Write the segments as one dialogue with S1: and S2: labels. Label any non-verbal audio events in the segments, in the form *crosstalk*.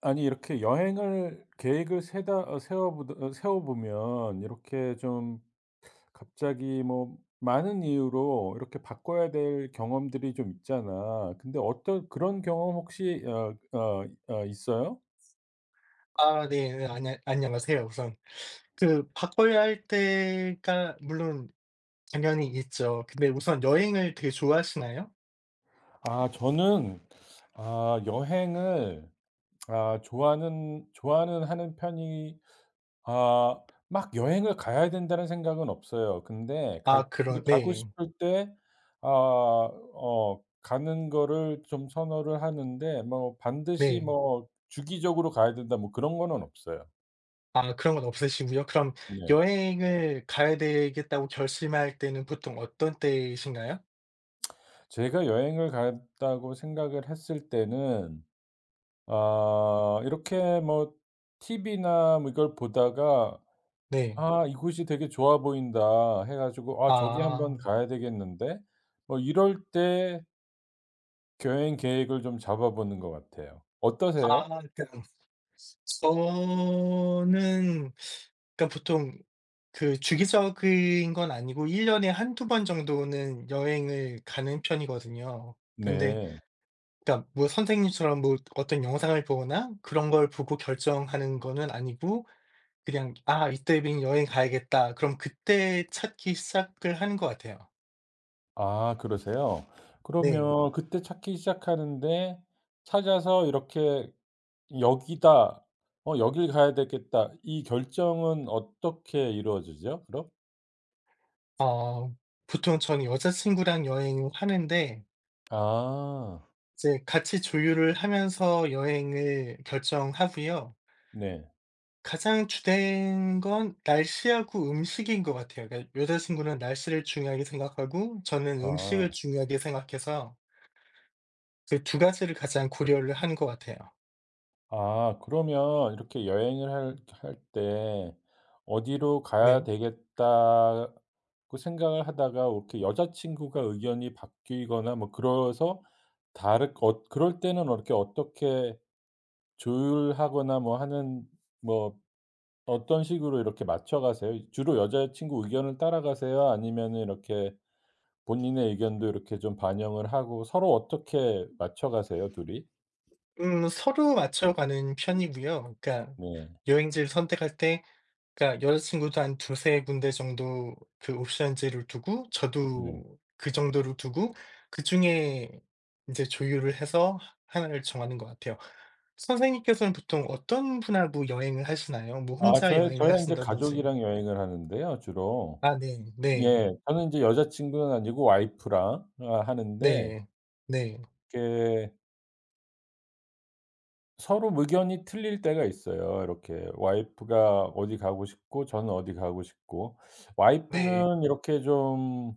S1: 아니 이렇게 여행을 계획을 세다 어 세워 보 어 세워 보면 이렇게 좀 갑자기 뭐 많은 이유로 이렇게 바꿔야 될 경험들이 좀 있잖아. 근데 어떤 그런 경험 혹시 있어요?
S2: 아 네. 네. 안녕하세요 우선. 그 바꿔야 할 때가 물론 당연히 있죠. 근데 우선 여행을 되게 좋아하시나요?
S1: 아 저는 아 여행을 아 좋아하는 좋아는 하는 편이 막 여행을 가야 된다는 생각은 없어요. 근데 가
S2: 아
S1: 이제
S2: 그런
S1: 가고
S2: 네.
S1: 싶을 때 아 가는 거를 좀 선호를 하는데 뭐 반드시
S2: 네.
S1: 뭐 '주기적으로 가야 된다.' 뭐 그런 거는 없어요.
S2: 아 그런 건 없으시고요. 그럼
S1: 네.
S2: 여행을 가야 되겠다고 결심할 때는 보통 어떤 때이신가요?
S1: 제가 여행을 간다고 생각을 했을 때는 이렇게 뭐 TV나 뭐 이걸 보다가
S2: 네.
S1: '아 이곳이 되게 좋아 보인다.' 해 가지고 '아 저기 한번
S2: 아.
S1: 가야 되겠는데?' 뭐 이럴 때 여행 계획을 좀 잡아보는 것 같아요.
S2: 아
S1: 어떠세요?
S2: 그럼 저는 그러니까 보통 그 주기적인 건 아니고 1 년에 한두 번 정도는 여행을 가는 편이거든요. 근데
S1: 네.
S2: 그러니까 뭐 선생님처럼 뭐 어떤 영상을 보거나 그런 걸 보고 결정하는 거는 아니고 그냥 '아 이때는 여행 가야겠다.' 그럼 그때 찾기 시작을 하는 것 같아요.
S1: 아 그러세요?
S2: 네.
S1: 그러면 그때 찾기 시작하는데 찾아서 이렇게 '여기다. 여길 가야 되겠다.' 이 결정은 어떻게 이루어지죠 그럼?
S2: 어 보통 저는 여자친구랑 여행을 하는데
S1: 아.
S2: 이제 같이 조율을 하면서 여행을 결정하고요.
S1: 네.
S2: 가장 주된 건 날씨하고 음식인 것 같아요. 그러니까 여자친구는 날씨를 중요하게 생각하고 저는
S1: 아.
S2: 음식을 중요하게 생각해서 그 두 가지를 가장 고려를 하는 것 같아요.
S1: 아 그러면 이렇게 여행을 할 때 '어디로 가야
S2: 네.
S1: 되겠다.'고 생각을 하다가 이렇게 여자친구가 의견이 바뀌거나 뭐 그래서 다르 어 그럴 때는 이렇게 어떻게 조율하거나 뭐 하는 뭐 어떤 식으로 이렇게 맞춰 가세요? 주로 여자친구 의견을 따라가세요? 아니면 이렇게 본인의 의견도 이렇게 좀 반영을 하고 서로 어떻게 맞춰 가세요 둘 이?
S2: 서로 맞춰가는 편이고요. 그러니까
S1: 네.
S2: 여행지를 선택할 때 그러니까 여자친구도 한 2-3 군데 정도 그 옵션제를 두고
S1: 네.
S2: 저도 그 정도를 두고 그중에 인제 조율을 해서 하나를 정하는 것 같아요. 선생님께서는 보통 어떤 분하고 여행을 하시나요? 뭐
S1: 아
S2: 혼자 여행을
S1: 저희는 인제
S2: 하신다든지.
S1: 가족이랑 여행을 하는데요 주로.
S2: 아 네.
S1: 예.
S2: 네.
S1: 저는 인제 여자친구는 아니고 와이프랑 하는데
S2: 네. 네.
S1: 이렇게 서로 의견이 틀릴 때가 있어요. 이렇게 와이프가 어디 가고 싶고 저는 어디 가고 싶고.
S2: 네.
S1: 와이프는 이렇게 좀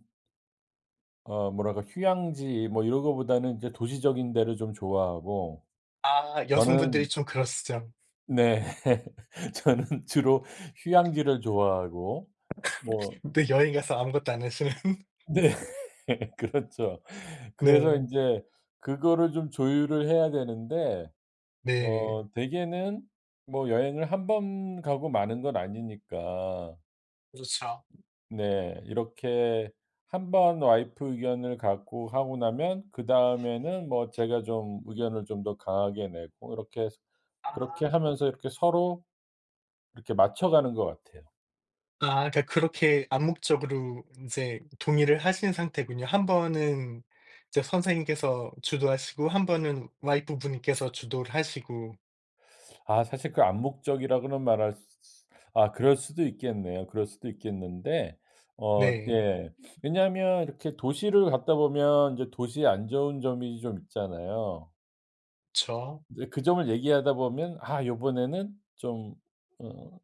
S1: 뭐랄까 휴양지 뭐 이런 거보다는 인제 도시적인 데를 좀 좋아하고
S2: 아 여성분들이
S1: 저는
S2: 좀 그러시죠.
S1: 네. *laughs* 저는 주로 휴양지를 좋아하고 뭐
S2: 네 여행 가서 아무것도 안 하시는. *laughs*
S1: 네. *laughs* 그렇죠. 그래서 이
S2: 네.
S1: 제 그거를 좀 조율을 해야 되는데
S2: 네.
S1: 대개는 뭐 여행을 한 번 가고 마는 건 아니니까
S2: 그렇죠.
S1: 네 이렇게 한 번 와이프 의견을 갖고 하고 나면 그다음에는 뭐 제가 좀 의견을 좀 더 강하게 내고 이렇게 그렇게
S2: 아.
S1: 하면서 이렇게 서로 이렇게 맞춰가는 것 같아요.
S2: 아 그러니까 그렇게 암묵적으로 이제 동의를 하신 상태군요. 한 번은 이제 선생님께서 주도하시고 한 번은 와이프분께서 주도를 하시고.
S1: 아 사실 그 암묵적이라고는 말할 수 아 그럴 수도 있겠네요. 그럴 수도 있겠는데
S2: 네.
S1: 예. 왜냐하면 이렇게 도시를 갔다 보면 이제 도시의 안 좋은 점이 좀 있잖아요.
S2: 그쵸.
S1: 이제 그 점을 얘기하다 보면 '아 요번에는 좀 어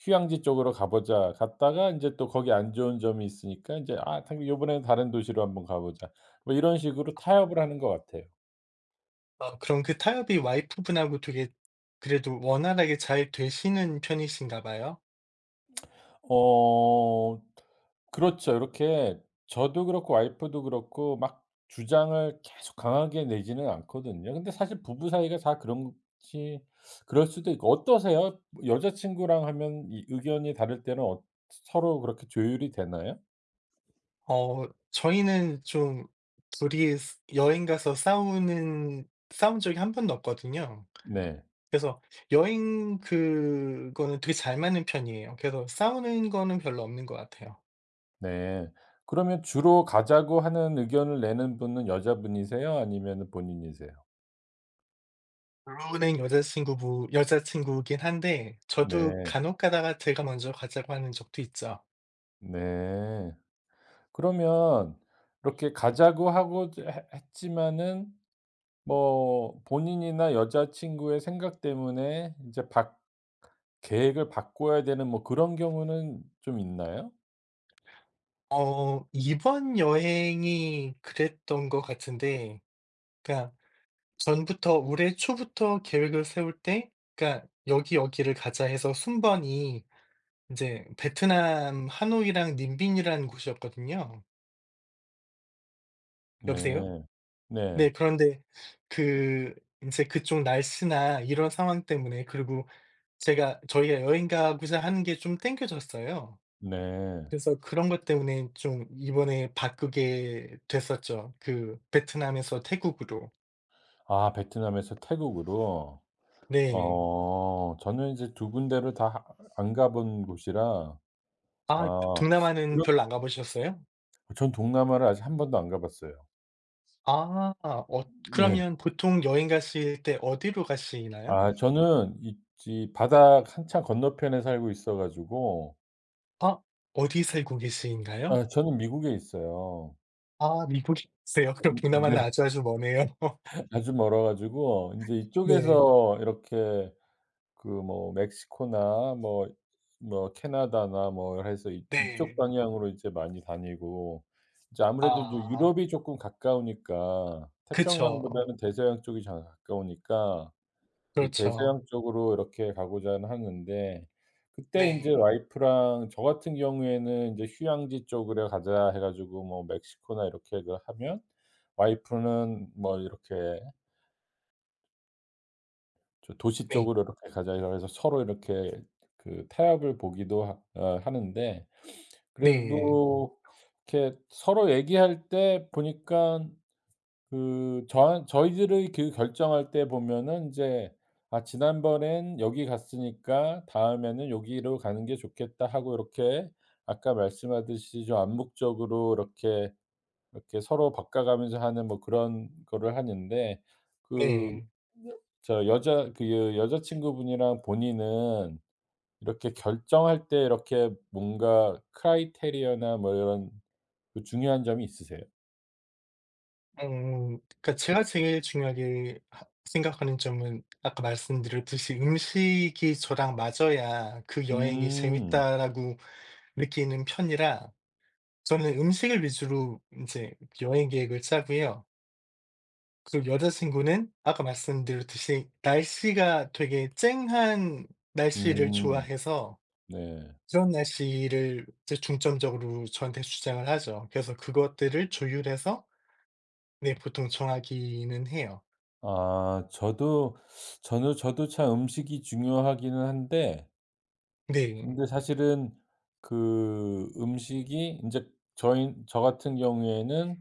S1: 휴양지 쪽으로 가 보자.' 갔다가 이제 또 거기 안 좋은 점이 있으니까 이제 '아 당 요번에는 다른 도시로 한번 가 보자.' 뭐 이런 식으로 타협을 하는 것 같아요.
S2: 아 그럼 그 타협이 와이프분하고 되게 그래도 원활하게 잘 되시는 편이신가 봐요?
S1: 어 그렇죠. 이렇게 저도 그렇고 와이프도 그렇고 막 주장을 계속 강하게 내지는 않거든요. 근데 사실 부부 사이가 다 그런지 그럴 수도 있고 어떠세요? 여자친구랑 하면 이 의견이 다를 때는 서로 그렇게 조율이 되나요?
S2: 어 저희는 좀 둘이 여행 가서 싸우는 싸운 적이 한 번도 없거든요.
S1: 네.
S2: 그래서 여행 그거는 되게 잘 맞는 편이에요. 그래서 싸우는 거는 별로 없는 것 같아요.
S1: 네. 그러면 주로 가자고 하는 의견을 내는 분은 여자분이세요? 아니면은 본인이세요?
S2: 루는 여자친구부 여자친구긴 한데 저도
S1: 네.
S2: 간혹 가다가 제가 먼저 가자고 하는 적도 있죠.
S1: 네. 그러면 이렇게 가자고 하고 저 해 했지만은 뭐 본인이나 여자친구의 생각 때문에 이제 박 계획을 바꿔야 되는 뭐 그런 경우는 좀 있나요?
S2: 어 이번 여행이 그랬던 것 같은데 그러니까 전부터 올해 초부터 계획을 세울 때 그러니까 "여기, 여기를 가자." 해서 순번이 이제 베트남 하노이랑 님빈이라는 곳이었거든요. 여보세요?
S1: 네.
S2: 네.
S1: 네.
S2: 그런데 그 인제 그쪽 날씨나 이런 상황 때문에 그리고 제가 저희가 여행 가고자 하는 게 좀 당겨졌어요.
S1: 네.
S2: 그래서 그런 것 때문에 좀 이번에 바꾸게 됐었죠. 그 베트남에서 태국으로.
S1: 아 베트남에서 태국으로.
S2: 네.
S1: 저는 이제 두 군데를 다 안 가본 곳이라
S2: 아
S1: 아
S2: 동남아는
S1: 그렇
S2: 별로 안 가 보셨어요?
S1: 전 동남아를 아직 한 번도 안 가 봤어요.
S2: 아. 어
S1: 네.
S2: 그러면 보통 여행 가실 때 어디로 가시나요?
S1: 아 저는 있지 바다 한참 건너편에 살고 있어 가지고
S2: 아 어디 살고 계신가요?
S1: 아 저는 미국에 있어요.
S2: 아 미국에 계세요. *laughs* 그럼 동남아는
S1: 네.
S2: 아주 아주 머네요. *laughs*
S1: 아주 멀어 가지고 인제
S2: 네.
S1: 이쪽에서 이렇게 그 뭐 멕시코나 뭐 캐나다나 뭐 해서 이 이쪽
S2: 네.
S1: 방향으로 이제 많이 다니고 이제 아무래도 이제
S2: 아
S1: 유럽이 쪼끔 가까우니까
S2: 그쵸.
S1: 태평양보다는 대서양 쪽이 잘 가까우니까 이제
S2: 그렇죠.
S1: 대서양 쪽으로 이렇게 가고자 하는데 그때 인제
S2: 네.
S1: 와이프랑 저 같은 경우에는 인제 '휴양지 쪽으로 가자.' 해 가지고 뭐 멕시코나 이렇게 그 하면 와이프는 뭐 이렇게 저 도시
S2: 네.
S1: 쪽으로 이렇게 가자 이러 해서 서로 이렇게 그 타협을 보기도 하 어 하는데
S2: 네.
S1: 그래도 이렇게 서로 얘기할 때 보니깐 그 저한 저희들의 그 결정할 때 보면은 인제 '아 지난번엔 여기 갔으니까 다음에는 여기로 가는 게 좋겠다.' 하고 이렇게 아까 말씀하듯이 좀 암묵적으로 이렇게 서로 바꿔가면서 하는 뭐 그런 거를 하는데 그
S2: 네.
S1: 저 여자 그 여자친구분이랑 본인은 이렇게 결정할 때 이렇게 뭔가 크라이테리어나 뭐 이런 그 중요한 점이 있으세요?
S2: 그러니까 제가 제일 중요하게 하 생각하는 점은 아까 말씀드렸듯이 '음식이 저랑 맞아야 그 여행이
S1: 음.
S2: 재밌다.'라고 느끼는 편이라 저는 음식을 위주로 인제 여행 계획을 짜고요. 그리고 여자친구는 아까 말씀드렸듯이 날씨가 되게 쨍한 날씨를
S1: 음.
S2: 좋아해서
S1: 네.
S2: 그런 날씨를 이제 중점적으로 저한테 주장을 하죠. 그래서 그것들을 조율해서 네 보통 정하기는 해요.
S1: 아 저도 참 음식이 중요하기는 한데
S2: 네.
S1: 근데 사실은 그 음식이 인제 저희 저 같은 경우에는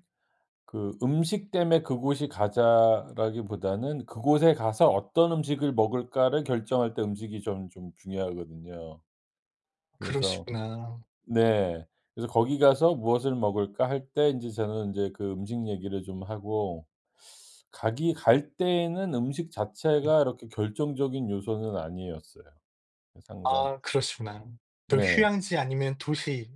S1: 그 음식 때문에 그곳이 가자라기보다는 그곳에 가서 '어떤 음식을 먹을까.'를 결정할 때 음식이 좀 중요하거든요. 그래서
S2: 그러시구나.
S1: 네. 그래서 "거기 가서 무엇을 먹을까?" 할 때 인제 저는 인제 그 음식 얘기를 좀 하고 가기 갈 때에는 음식
S2: 음.
S1: 자체가 이렇게 결정적인 요소는 아니었어요. 그래서 항상
S2: 아 그러시구나. 또
S1: 네.
S2: 휴양지 아니면 도시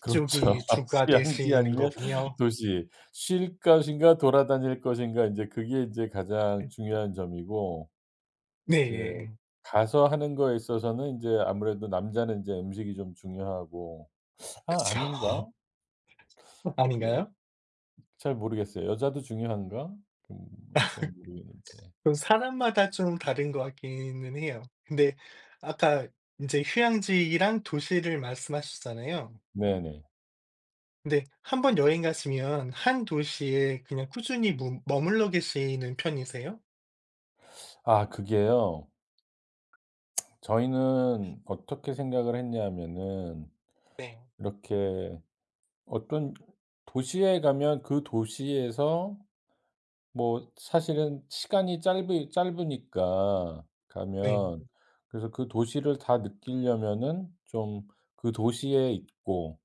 S1: 그렇죠. *laughs*
S2: 주가
S1: 휴양지
S2: 되시는
S1: 아니면
S2: 거군요.
S1: 도시. 쉴 것인가 돌아다닐 것인가 이제 그게 이제 가장
S2: 음
S1: 중요한 점이고 이제
S2: 네.
S1: 가서 하는 거에 있어서는 이제 아무래도 남자는 이제 음식이 좀 중요하고 아
S2: 그쵸.
S1: 아닌가?
S2: *laughs*
S1: 그
S2: 아닌가요?
S1: 잘 모르겠어요. 여자도 중요한가? 음 잘 모르겠는데.
S2: 그 사람마다 좀 다른 것 같기는 해요. 근데 아까 인제 휴양지랑 도시를 말씀하셨잖아요.
S1: 네네.
S2: 근데 한번 여행 가시면 한 도시에 그냥 꾸준히 무 머물러 계시는 편이세요?
S1: 아 그게요. 저희는 어떻게 생각을 했냐면은
S2: 네.
S1: 이렇게 어떤 도시에 가면 그 도시에서 뭐 사실은 시간이 짧으니까
S2: 네.
S1: 가면 그래서 그 도시를 다 느끼려면은 좀 그 도시에 있고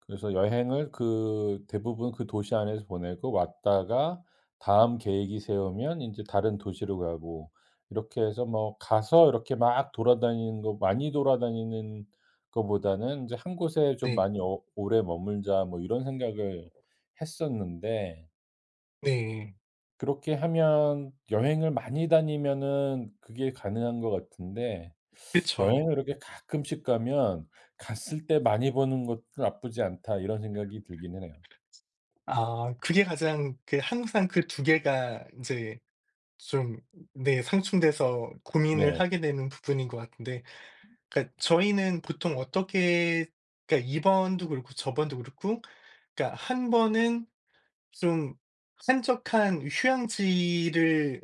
S1: 그래서 여행을 그 대부분 그 도시 안에서 보내고 왔다가 다음 계획이 세우면 이제 다른 도시로 가고 이렇게 해서 뭐 가서 이렇게 막 돌아다니는 거 많이 돌아다니는 거보다는 이제 '한 곳에 좀
S2: 네.
S1: 많이 오래 머물자.' 뭐 이런 생각을 했었는데
S2: 네.
S1: 그렇게 하면 여행을 많이 다니면은 그게 가능한 것 같은데
S2: 그쵸.
S1: 여행을 이렇게 가끔씩 가면 '갔을 때 많이 보는 것도 나쁘지 않다.' 이런 생각이 들긴 해요.
S2: 아 그게 가장 그 항상 그 두 개가 이제 좀 네 상충돼서 고민을
S1: 네.
S2: 하게 되는 부분인 것 같은데 그러니까 저희는 보통 어떻게 그러니까 이번도 그렇고 저번도 그렇고 그러니까 한 번은 좀 한적한 휴양지를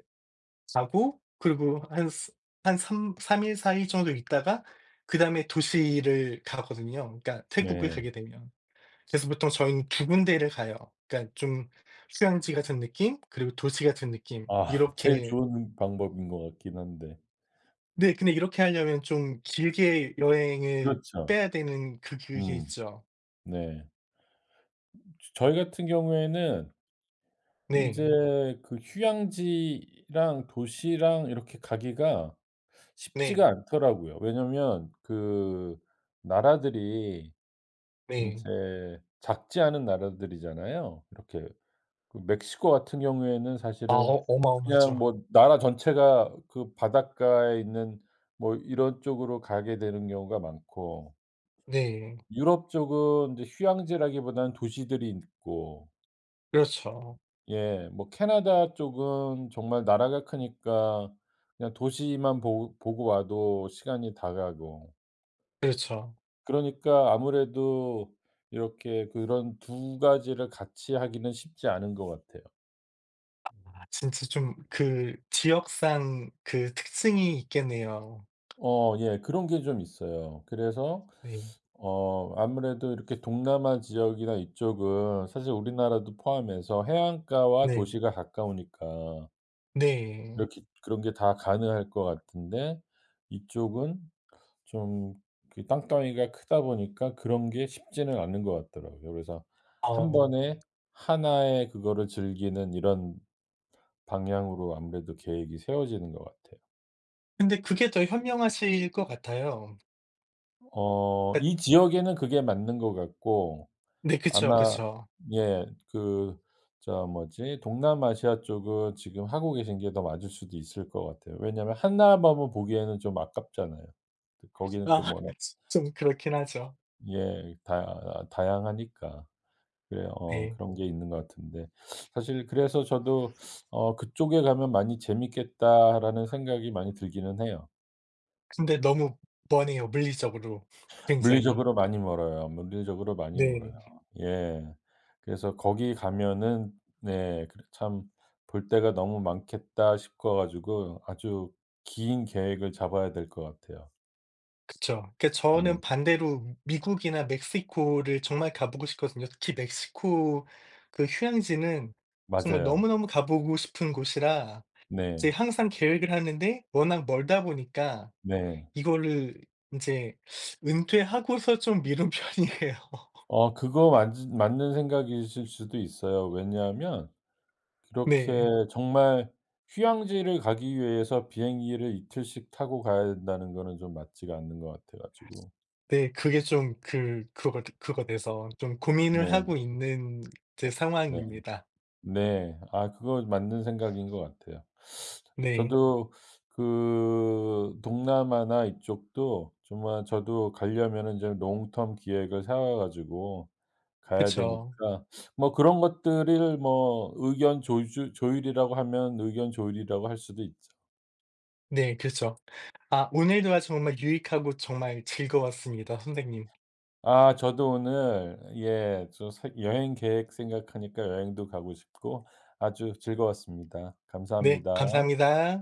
S2: 자고 그리고 한 스 한 삼 3일사일 정도 있다가 그다음에 도시를 가거든요, 그러니까 태국을
S1: 네.
S2: 가게 되면. 그래서 보통 저희는 두 군데를 가요. 그러니까 좀 휴양지 같은 느낌 그리고 도시 같은 느낌
S1: 아 제일
S2: 이렇게
S1: 좋은 방법인 것 같긴 한데.
S2: 네 근데 이렇게 하려면 좀 길게 여행을
S1: 그렇죠.
S2: 빼야 되는 그 그게
S1: 음.
S2: 있죠.
S1: 네. 저희 같은 경우에는
S2: 네.
S1: 인제 그 휴양지랑 도시랑 이렇게 가기가 쉽지가
S2: 네.
S1: 않더라고요. 왜냐면 그 나라들이
S2: 네.
S1: 인제 작지 않은 나라들이잖아요. 이렇게 그 멕시코 같은 경우에는
S2: 아
S1: 사실은
S2: 어
S1: 그냥
S2: 어마어마하죠.
S1: 뭐 나라 전체가 그 바닷가에 있는 뭐 이런 쪽으로 가게 되는 경우가 많고
S2: 네.
S1: 유럽 쪽은 이제 휴양지라기보다는 도시들이 있고
S2: 그렇죠.
S1: 예 뭐 캐나다 쪽은 정말 나라가 크니까 그냥 도시만 보 보고 와도 시간이 다 가고
S2: 그렇죠.
S1: 그러니까 아무래도 이렇게 그런 두 가지를 같이 하기는 쉽지 않은 것 같아요.
S2: 진짜 좀 그 지역상 그 특징이 있겠네요.
S1: 예. 그런 게 좀 있어요. 그래서
S2: 네.
S1: 아무래도 이렇게 동남아 지역이나 이쪽은 사실 우리나라도 포함해서 해안가와
S2: 네.
S1: 도시가 가까우니까
S2: 네.
S1: 이렇게 그런 게 다 가능할 것 같은데 이쪽은 좀 그 땅덩이가 크다 보니까 그런 게 쉽지는 않은 것 같더라고요. 그래서 한
S2: 어.
S1: 번에 하나의 그거를 즐기는 이런 방향으로 아무래도 계획이 세워지는 것 같아요.
S2: 근데 그게 더 현명하실 것 같아요. 그러니까
S1: 이 지역에는 그게 맞는 것 같고
S2: 네 그쵸,
S1: 아마
S2: 그쵸.
S1: 예 그 저 뭐지 동남아시아 쪽은 지금 하고 계신 게 더 맞을 수도 있을 것 같아요. 왜냐하면 나 범은 보기에는 좀 아깝잖아요. 거기는 또
S2: 아
S1: 워낙
S2: *laughs* 좀 그렇긴 하죠.
S1: 예 다 다양하니까. 그래요.
S2: 네.
S1: 그런 게 있는 것 같은데 사실 그래서 저도 '그쪽에 가면 많이 재밌겠다.'라는 생각이 많이 들기는 해요.
S2: 근데 너무 머네요, 물리적으로 굉장히.
S1: 물리적으로 많이 멀어요. 물리적으로 많이 멀어요.
S2: 네.
S1: 예. 그래서 거기 가면은 네 그래 참 '볼 데가 너무 많겠다.' 싶어 가지고 아주 긴 계획을 잡아야 될 것 같아요.
S2: 그쵸. 그러니까
S1: 네.
S2: 저는 반대로 미국이나 멕시코를 정말 가 보고 싶거든요. 특히 멕시코 그 휴양지는 정말
S1: 맞아요.
S2: 너무너무 가 보고 싶은 곳이라 이제
S1: 네.
S2: 항상 계획을 하는데 워낙 멀다 보니까
S1: 네.
S2: 이거를 인제 은퇴하고서 좀 미룬 *laughs* 편이에요.
S1: 그거 맞즈 맞는 생각이실 수도 있어요. 왜냐하면 그렇게
S2: 네.
S1: 정말 휴양지를 가기 위해서 비행기를 이틀씩 타고 가야 된다는 거는 좀 맞지가 않는 것 같아 가지고.
S2: 네. 그게 좀 그 그거가 그거 돼서 좀 고민을
S1: 네.
S2: 하고 있는 이제
S1: 네.
S2: 상황입니다.
S1: 네. 아 그거 맞는 생각인 것 같아요.
S2: 네.
S1: 저도 그 동남아나 이쪽도 정말 저도 가려면은 이제 롱텀 기획을 세워 가지고 가야
S2: 그쵸.
S1: 되니까 뭐 그런 것들을 뭐 의견 조주 조율이라고 하면 의견 조율이라고 할 수도 있죠.
S2: 네. 그쵸. 아 오늘 대화 정말 유익하고 정말 즐거웠습니다, 선생님.
S1: 아 저도 오늘 예 저 새 여행 계획 생각하니까 여행도 가고 싶고 아주 즐거웠습니다.
S2: 네.
S1: 감사합니다.
S2: 감사합니다.